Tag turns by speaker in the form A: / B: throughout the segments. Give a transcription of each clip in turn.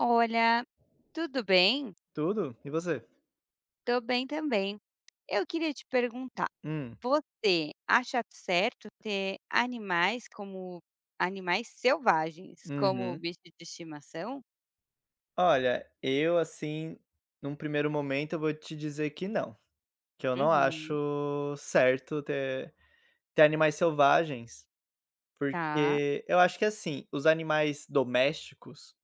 A: Olha, tudo bem?
B: Tudo. E você?
A: Tô bem também. Eu queria te perguntar,
B: Hum.
A: você acha certo ter animais como animais selvagens, como
B: Uhum.
A: bicho de estimação?
B: Olha, eu, assim, num primeiro momento, eu vou te dizer que não, que eu não
A: Uhum.
B: acho certo ter animais selvagens,
A: Tá,
B: porque eu acho que, assim, os animais domésticos,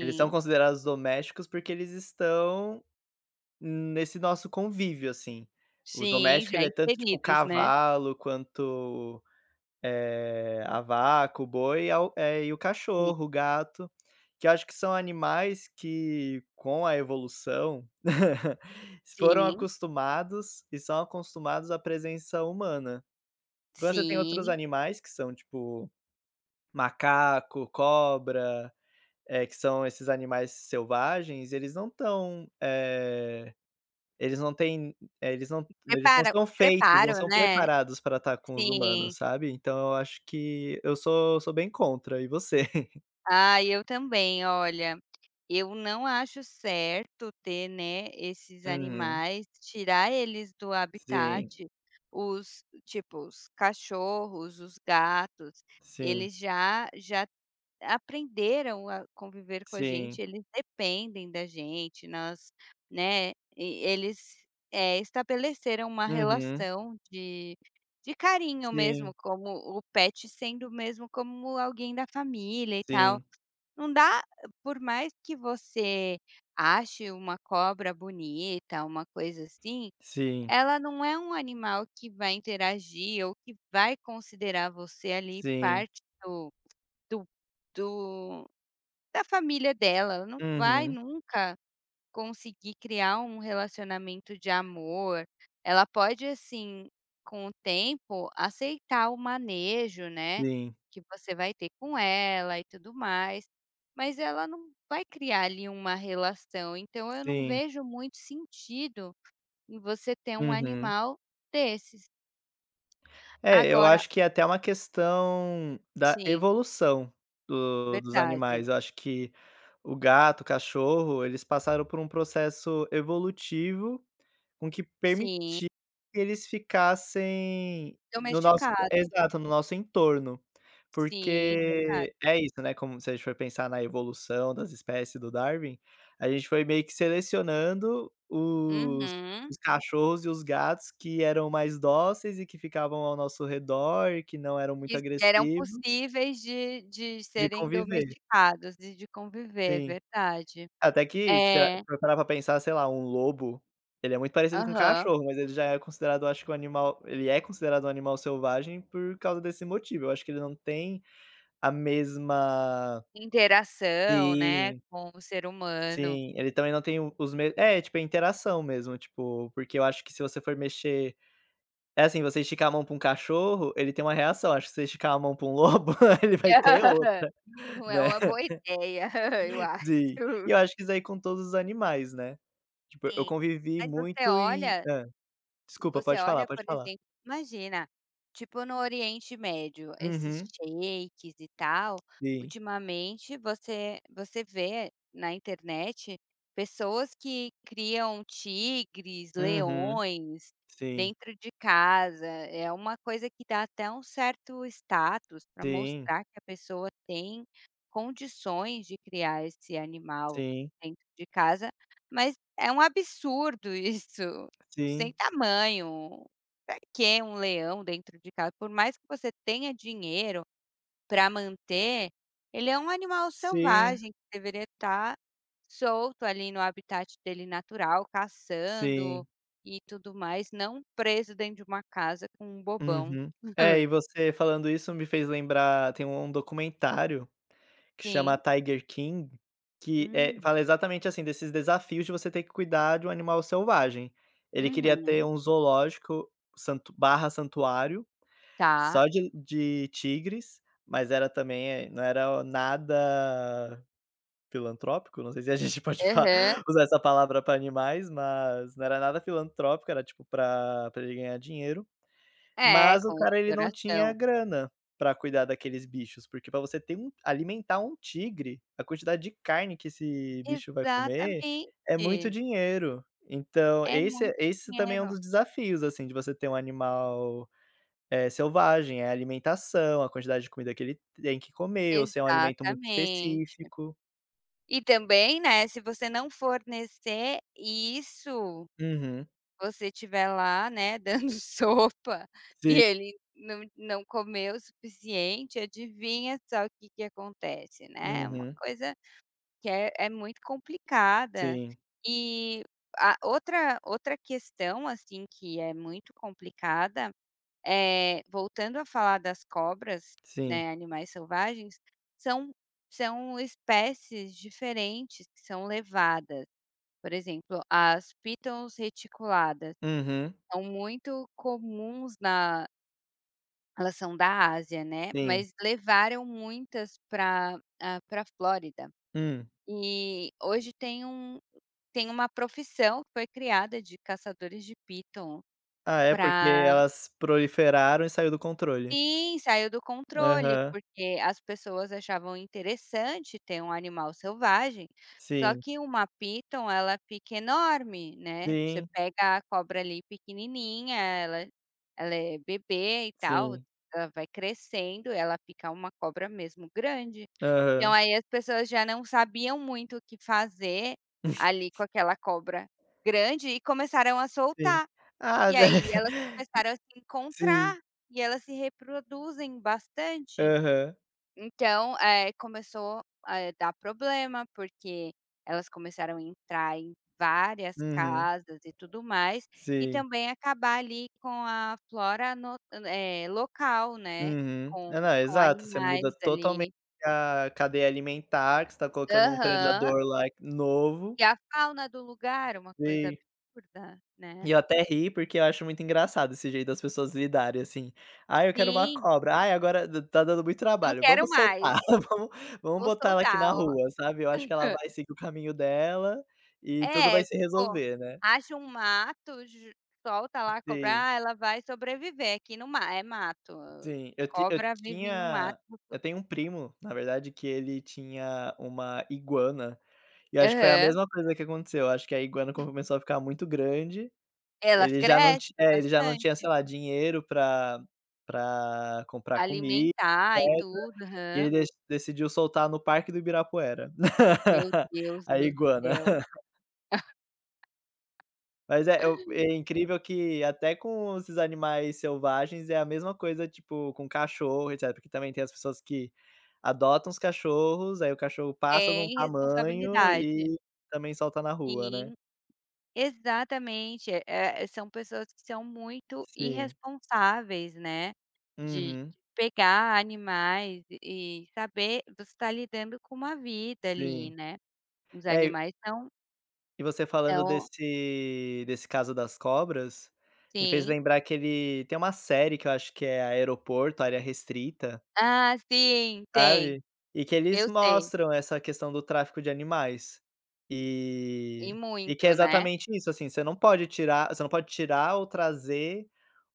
B: eles são considerados domésticos porque eles estão nesse nosso convívio, assim. O
A: sim,
B: doméstico,
A: já
B: ele é tanto, tipo,
A: inseridos, né?
B: cavalo quanto a vaca, o boi e o
A: Sim,
B: cachorro, o gato, que eu acho que são animais que, com a evolução, foram
A: sim,
B: acostumados e são acostumados à presença humana. Quando você tem outros
A: sim.
B: animais que são tipo macaco, cobra, que são esses animais selvagens, eles não
A: Preparo
B: são feitos, não
A: preparo,
B: são
A: né?
B: preparados para estar com os
A: Sim.
B: humanos, sabe. Então eu acho que eu sou bem contra, e você?
A: Ah, eu também. Olha, eu não acho certo ter, né, esses
B: Uhum.
A: animais, tirar eles do
B: Sim,
A: habitat. Os tipo, os cachorros, os gatos,
B: sim,
A: eles já já aprenderam a conviver com a gente,
B: sim.
A: eles dependem da gente, nós, né, e eles, estabeleceram uma
B: Uhum.
A: relação de carinho mesmo,
B: Sim,
A: como o pet sendo mesmo como alguém da família e tal.
B: sim,
A: Não dá, por mais que você ache uma cobra bonita, uma coisa assim,
B: sim,
A: ela não é um animal que vai interagir ou que vai considerar você ali
B: sim.
A: parte do do do da família dela. Ela não vai
B: Uhum.
A: nunca conseguir criar um relacionamento de amor, ela pode, assim, com o tempo, aceitar o manejo, né,
B: Sim,
A: que você vai ter com ela e tudo mais, mas ela não vai criar ali uma relação, então eu não
B: sim.
A: vejo muito sentido em você ter um
B: Uhum.
A: animal desses.
B: É, eu
A: Agora
B: acho que é até uma questão da
A: sim,
B: evolução do dos
A: verdade.
B: animais. Eu acho que o gato, o cachorro, eles passaram por um processo evolutivo com que permitir
A: Sim,
B: que eles ficassem no nosso
A: domesticado.
B: exato, no nosso entorno.
A: Sim, verdade.
B: Porque é isso, né, como se a gente for pensar na evolução das espécies do Darwin, a gente foi meio que selecionando os
A: Uhum.
B: os cachorros e os gatos que eram mais dóceis e que ficavam ao nosso redor e que não eram muito
A: Que eram
B: agressivos,
A: possíveis de
B: de
A: serem
B: conviver.
A: domesticados e de conviver,
B: Sim.
A: verdade.
B: Até que será
A: É,
B: pra parar pra pensar, sei lá, um lobo, ele é muito parecido com um
A: aham.
B: cachorro, mas ele já é considerado, acho que um animal, ele é considerado um animal selvagem por causa desse motivo. Eu acho que ele não tem a mesma.
A: Interação, né,
B: Sim,
A: com o ser humano.
B: sim, ele também não tem o os me é, tipo, é interação mesmo, tipo, porque eu acho que se você for mexer é assim, você esticar a mão pra um cachorro, ele tem uma reação. Acho que se você esticar a mão pra um lobo, ele vai ter outra,
A: Não é
B: né.
A: uma boa ideia, eu acho.
B: Sim. E eu acho que isso aí com todos os animais, né. Tipo, eu
A: Sim.
B: convivi
A: Mas você
B: muito em.
A: olha
B: Desculpa,
A: Você
B: pode falar,
A: olha,
B: pode
A: por
B: falar.
A: exemplo, imagina, tipo no Oriente Médio, esses
B: Uhum.
A: shakes e tal,
B: Sim.
A: ultimamente você vê na internet pessoas que criam tigres,
B: Uhum.
A: leões
B: Sim.
A: dentro de casa. É uma coisa que dá até um certo status, para
B: Sim.
A: mostrar que a pessoa tem condições de criar esse animal
B: Sim.
A: dentro de casa, mas é um absurdo isso. Sem
B: Sim.
A: tamanho. Pra que um leão dentro de casa? Por mais que você tenha dinheiro para manter, ele é um animal
B: Sim.
A: selvagem que deveria estar solto ali no habitat dele natural, caçando
B: Sim.
A: e tudo mais, não preso dentro de uma casa com um bobão.
B: Uhum. É, e você falando isso me fez lembrar, tem um documentário que chama
A: Sim.
B: Tiger King, que é
A: Hum.
B: fala exatamente assim, desses desafios de você ter que cuidar de um animal selvagem. Ele queria ter
A: Uhum.
B: um zoológico, santuário,
A: Tá.
B: só de tigres, mas era também, não era nada filantrópico. Não sei se a gente pode fa
A: Aham.
B: usar essa palavra para animais, mas não era nada filantrópico, era tipo para pra ele ganhar dinheiro,
A: É,
B: mas o
A: com
B: cara ele não tinha
A: exploração.
B: grana para cuidar daqueles bichos. Porque para você ter um alimentar um tigre, a quantidade de carne que esse bicho vai comer
A: Exatamente.
B: é muito dinheiro. Então
A: É
B: esse
A: muito
B: esse também é um
A: dinheiro.
B: dos desafios, assim, de você ter um animal, selvagem, é a alimentação, a quantidade de comida que ele tem que comer, ou se é um alimento muito
A: Exatamente.
B: específico.
A: E também, né, se você não fornecer isso,
B: Uhum.
A: você estiver lá, né, dando sopa e ele não comeu o suficiente, adivinha só o que que acontece, né. É uma
B: Uhum.
A: coisa que é muito complicada.
B: Sim,
A: E a outra questão, assim, que é muito complicada, voltando a falar das cobras,
B: sim.
A: né, animais selvagens, são são espécies diferentes que são levadas. Por exemplo, as pitons reticuladas
B: Uhum.
A: são muito comuns na Elas são da Ásia, né,
B: Sim.
A: mas levaram muitas para para Flórida.
B: Hum.
A: E hoje tem uma profissão que foi criada, de caçadores de piton
B: Ah, é porque
A: para
B: elas proliferaram e saiu do controle.
A: Sim, saiu do controle,
B: Aham.
A: porque as pessoas achavam interessante ter um animal selvagem, só
B: Sim.
A: que uma Python, ela fica enorme, né, você
B: Sim,
A: pega a cobra ali pequenininha, ela ela é bebê e tal,
B: sim.
A: ela vai crescendo, ela fica uma cobra mesmo grande. Então
B: Aham.
A: aí as pessoas já não sabiam muito o que fazer ali com aquela cobra grande e começaram a
B: Sim.
A: soltar.
B: Ah,
A: E aí elas começaram a se
B: sim.
A: encontrar, e elas se reproduzem bastante.
B: Aham.
A: Então, começou a dar problema, porque elas começaram a entrar em várias
B: Uhum.
A: casas e tudo mais, e
B: Sim.
A: também acabar ali com a flora no local, né,
B: Uhum. É, não,
A: com
B: exato, você muda
A: animais
B: totalmente
A: ali.
B: a cadeia alimentar, que você tá colocando um
A: Aham.
B: predador lá novo.
A: E a fauna do lugar, uma coisa
B: Sim.
A: absurda, né.
B: E eu até ri, porque eu acho muito engraçado esse jeito das pessoas lidarem, assim: ah, eu quero uma
A: Sim,
B: cobra. Ai, agora d tá dando muito
A: não
B: trabalho.
A: quero
B: Vamos
A: mais,
B: soltar. Vamos vamos
A: vou
B: botar ela aqui
A: soltar,
B: na
A: ó.
B: rua", sabe. Eu acho que ela vai seguir o caminho dela e tudo vai
A: É,
B: se
A: tipo,
B: resolver, né.
A: acha um mato, j solta lá a cobra.
B: Sim,
A: Ah, ela vai sobreviver aqui no ma é mato,
B: sim. Eu ti eu
A: cobra vive no mato.
B: tinha eu tenho um primo, na verdade, que ele tinha uma iguana, e eu acho que foi a
A: Aham.
B: mesma coisa que aconteceu. Eu acho que a iguana começou a ficar muito grande.
A: Elas
B: Ele já não
A: crescem
B: ti é, ele já não tinha, sei
A: bastante,
B: lá, dinheiro pra comprar comida,
A: alimentar e
B: etcétera,
A: tudo,
B: e ele
A: aham.
B: decidiu soltar no Parque do Ibirapuera,
A: Meu Deus
B: a
A: do
B: iguana.
A: céu,
B: Mas é eu é incrível que até com esses animais selvagens é a mesma coisa, tipo, com cachorro, etcétera, porque também tem as pessoas que adotam os cachorros, aí o cachorro passa de um
A: tem
B: tamanho
A: responsabilidade.
B: e também solta na rua, né.
A: Sim. Exatamente. São pessoas que são muito
B: Sim.
A: irresponsáveis, né, de
B: Uhum.
A: pegar animais e saber você está lidando com uma vida ali,
B: Sim.
A: né. Os
B: É,
A: animais são
B: e você falando
A: são
B: desse caso das cobras, me fez
A: sim.
B: lembrar que ele tem uma série que eu acho que é Aeroporto, Área Restrita,
A: Ah, sim, tem,
B: sabe, e que eles
A: eu sei,
B: mostram essa questão do tráfico de animais.
A: e
B: E e
A: muito,
B: que é
A: né,
B: exatamente isso, assim, você não pode tirar, você não pode tirar ou trazer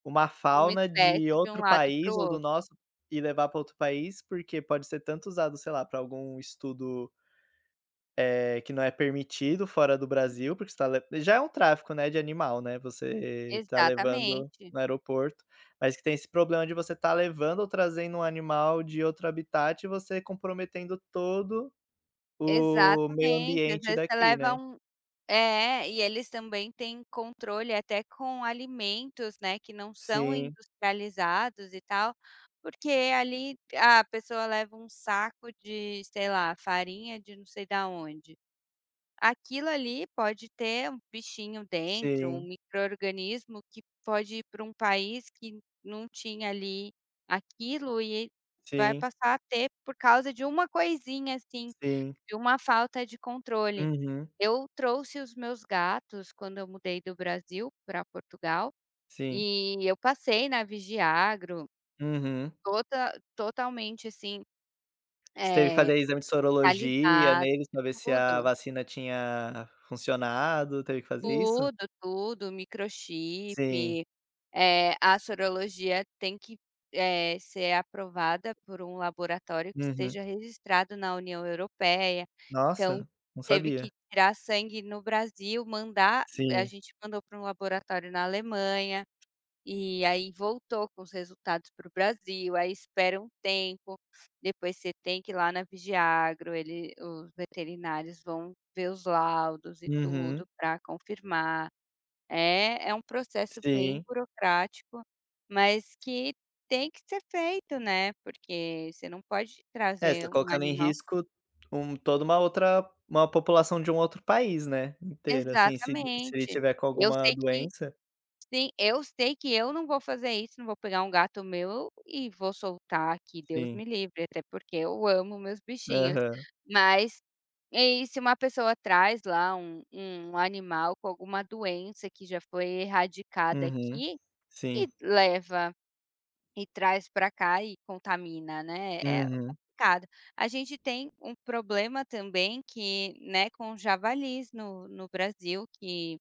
B: uma
A: uma
B: fauna
A: espécie
B: de
A: de um
B: outro
A: lado para
B: país
A: o
B: ou do
A: outro.
B: nosso e levar para outro país, porque pode ser tanto usado, sei lá, para algum estudo, que não é permitido fora do Brasil, porque você tá le já é um tráfico, né, de animal, né, você tá levando
A: Exatamente.
B: no aeroporto, mas que tem esse problema de você estar levando ou trazendo um animal de outro habitat e você comprometendo todo o meio
A: Exatamente, às
B: ambiente
A: vezes você
B: daqui,
A: leva
B: né.
A: um é, e eles também têm controle até com alimentos, né, que não são
B: Sim,
A: industrializados e tal, porque ali a pessoa leva um saco de, sei lá, farinha de não sei da onde. Aquilo ali pode ter um bichinho dentro, um
B: sim,
A: micro-organismo que pode ir para um país que não tinha ali aquilo, e vai
B: sim,
A: passar a ter por causa de uma coisinha assim.
B: sim.
A: De uma falta de controle.
B: Uhum.
A: Eu trouxe os meus gatos quando eu mudei do Brasil para Portugal,
B: Sim.
A: e eu passei na Vigiagro,
B: Uhum.
A: totalmente assim,
B: Você teve que
A: eh,
B: fazer exame de sorologia
A: alisado,
B: neles para ver se a
A: tudo.
B: vacina tinha funcionado, teve que fazer isso?
A: Tudo, tudo,
B: Sim.
A: microchip, a sorologia tem que, ser aprovada por um laboratório que
B: Uhum.
A: esteja registrado na União Europeia. Então
B: Nossa, não
A: teve que
B: sabia.
A: tirar sangue no Brasil, mandar, a
B: Sim.
A: gente mandou para um laboratório na Alemanha. E aí voltou com os resultados para o Brasil, aí espera um tempo, depois você tem que ir lá na Vigiagro, ele os veterinários vão ver os laudos e
B: Uhum.
A: tudo para confirmar. É, é um processo bem
B: Sim.
A: burocrático, mas que tem que ser feito, né, porque você não pode
B: É, você tá
A: trazer um
B: colocando em
A: animal
B: risco toda uma outra, uma população de um outro país, né, inteira, assim, se se ele
A: Exatamente.
B: tiver com
A: Eu
B: alguma
A: sei que
B: doença.
A: Sim, eu sei que eu não vou fazer isso, não vou pegar um gato meu e vou soltar, que Deus
B: Sim.
A: me livre, até porque eu amo meus bichinhos.
B: Aham.
A: Mas, e se uma pessoa traz lá um animal com alguma doença que já foi erradicada
B: Uhum.
A: aqui
B: Sim.
A: e leva e traz para cá e contamina, né, é
B: Uhum.
A: complicado. A gente tem um problema também que, né, com javalis no Brasil, que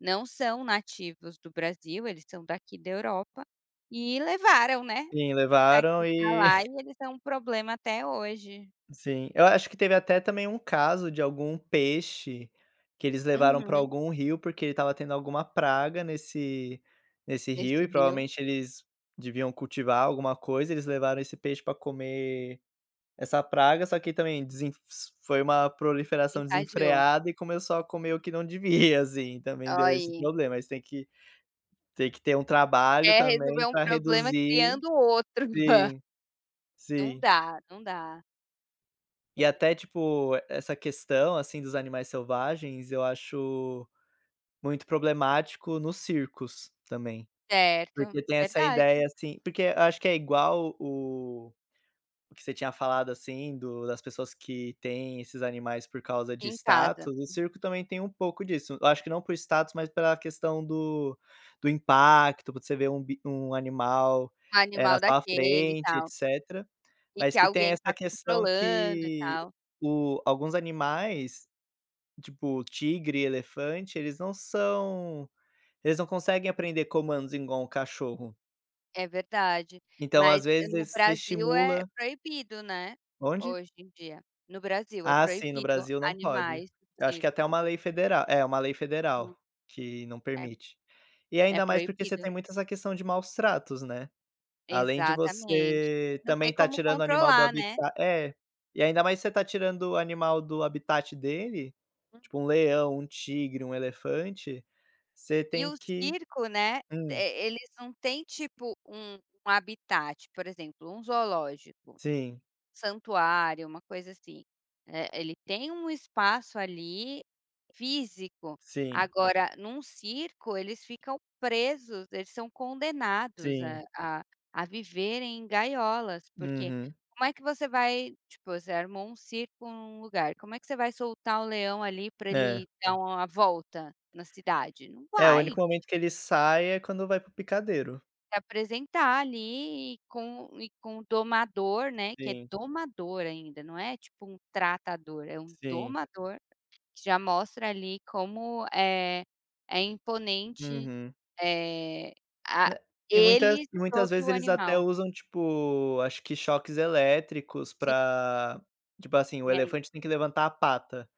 A: não são nativos do Brasil, eles são daqui da Europa, e levaram, né,
B: Sim, levaram
A: daqui para
B: e.
A: lá e eles são um problema até hoje.
B: Sim, eu acho que teve até também um caso de algum peixe que eles levaram para
A: Uhum.
B: algum rio, porque ele estava tendo alguma praga nesse rio
A: Nesse
B: e
A: rio,
B: provavelmente eles deviam cultivar alguma coisa, eles levaram esse peixe para comer essa praga, só que também desen, foi uma proliferação
A: contagiou.
B: desenfreada e começou a comer o que não devia, assim, também
A: Olha
B: deu esse
A: aí,
B: problema, mas tem que ter um trabalho
A: quer
B: também
A: resolver um
B: para
A: problema
B: reduzir.
A: criando outro.
B: Sim,
A: Não
B: sim.
A: dá, não dá.
B: E até, tipo, essa questão, assim, dos animais selvagens, eu acho muito problemático nos circos também,
A: Certo,
B: porque tem essa
A: verdade.
B: ideia, assim, porque eu acho que é igual o que você tinha falado, assim, do das pessoas que têm esses animais por causa de
A: Em casa,
B: status, o circo também tem um pouco disso. Eu acho que não por status, mas pela questão do do impacto, por você ver um bi um animal,
A: um
B: na
A: animal
B: sua
A: daquele e
B: frente,
A: tal,
B: etc.
A: e
B: Mas
A: que
B: que tem
A: alguém tá
B: essa questão
A: controlando e
B: que
A: tal.
B: o, alguns animais, tipo tigre, elefante, eles não conseguem aprender comandos igual um cachorro.
A: É verdade,
B: Então, às
A: mas
B: vezes,
A: no
B: você
A: Brasil é
B: estimula.
A: proibido, né,
B: Onde?
A: hoje em dia. No Brasil é
B: Ah, sim, no
A: proibido
B: Brasil não pode.
A: animais do
B: Eu acho que é até
A: circo.
B: uma lei federal, é, uma lei
A: Hum,
B: federal que não
A: é
B: permite. E
A: é
B: ainda mais porque você
A: proibido.
B: tem muito essa questão de maus tratos, né. Além de
A: Exatamente.
B: você
A: Não tem
B: também tá
A: como
B: tirando o animal do
A: controlar, né.
B: habitat, é, e ainda mais você tá tirando o animal do habitat dele, tipo um leão, um tigre, um elefante, você
A: E
B: tem
A: o
B: que.
A: circo, né,
B: Hum,
A: eles não têm tipo um habitat, por exemplo, um zoológico,
B: sim,
A: santuário, uma coisa assim. Ele tem um espaço ali físico.
B: sim,
A: Agora, num circo, eles ficam presos, eles são condenados
B: sim.
A: a viverem em gaiolas, porque
B: Uhum.
A: como é que você vai, tipo, você armou um circo num lugar, como é que você vai soltar o leão ali para
B: É.
A: ele dar uma volta na cidade? Não
B: É, o
A: vai.
B: único momento que ele sai é quando vai para o picadeiro.
A: Se apresentar ali e com o domador, né, que é
B: Sim,
A: domador ainda, não é tipo um tratador, é um
B: sim.
A: domador, que já mostra ali como é imponente,
B: Uhum.
A: eh, a
B: Né,
A: ele
B: e muitas
A: sobre
B: vezes
A: o
B: eles até
A: animal.
B: usam, tipo, acho que choques elétricos
A: Sim,
B: pra, tipo assim, o
A: é
B: elefante tem que levantar a pata.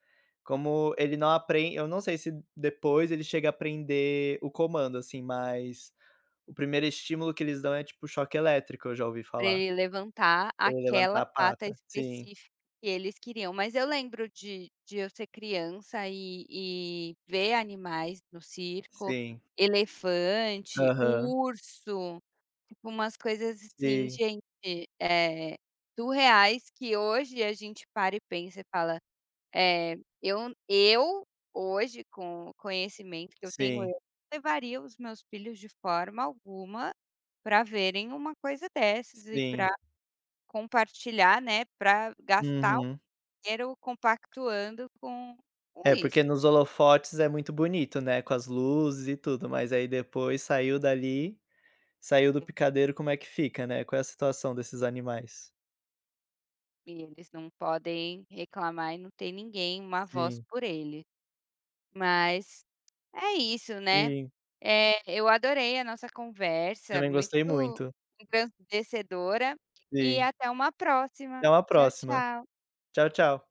B: Como ele não aprende, eu não sei se depois ele chega a aprender o comando, assim, mas o primeiro estímulo que eles dão é tipo choque elétrico, eu já ouvi
A: Pra
B: falar.
A: ele levantar
B: Ele
A: aquela
B: levantar a
A: pata
B: pata. Sim,
A: específica que eles queriam. Mas eu lembro de eu ser criança e ver animais no circo,
B: sim.
A: elefante,
B: Aham.
A: urso, tipo umas coisas assim,
B: Sim,
A: gente, surreais, que hoje a gente para e pensa e fala é, eu hoje, com o conhecimento que eu tenho, eu
B: sim,
A: não levaria os meus filhos de forma alguma para verem uma coisa dessas e para
B: sim.
A: compartilhar, né, para gastar o
B: Uhum.
A: dinheiro compactuando com
B: É,
A: isso.
B: porque nos holofotes é muito bonito, né, com as luzes e tudo, mas aí depois saiu dali, saiu do picadeiro, como é que fica, né, qual é a situação desses animais?
A: E eles não podem reclamar e não tem ninguém, uma voz
B: Sim,
A: por ele. Mas É isso, né.
B: sim.
A: Eu adorei a nossa conversa,
B: Também gostei
A: muito
B: muito.
A: engrandecedora, e
B: Sim.
A: até uma
B: Até
A: próxima.
B: uma
A: Tchau,
B: próxima.
A: tchau.
B: Tchau, tchau.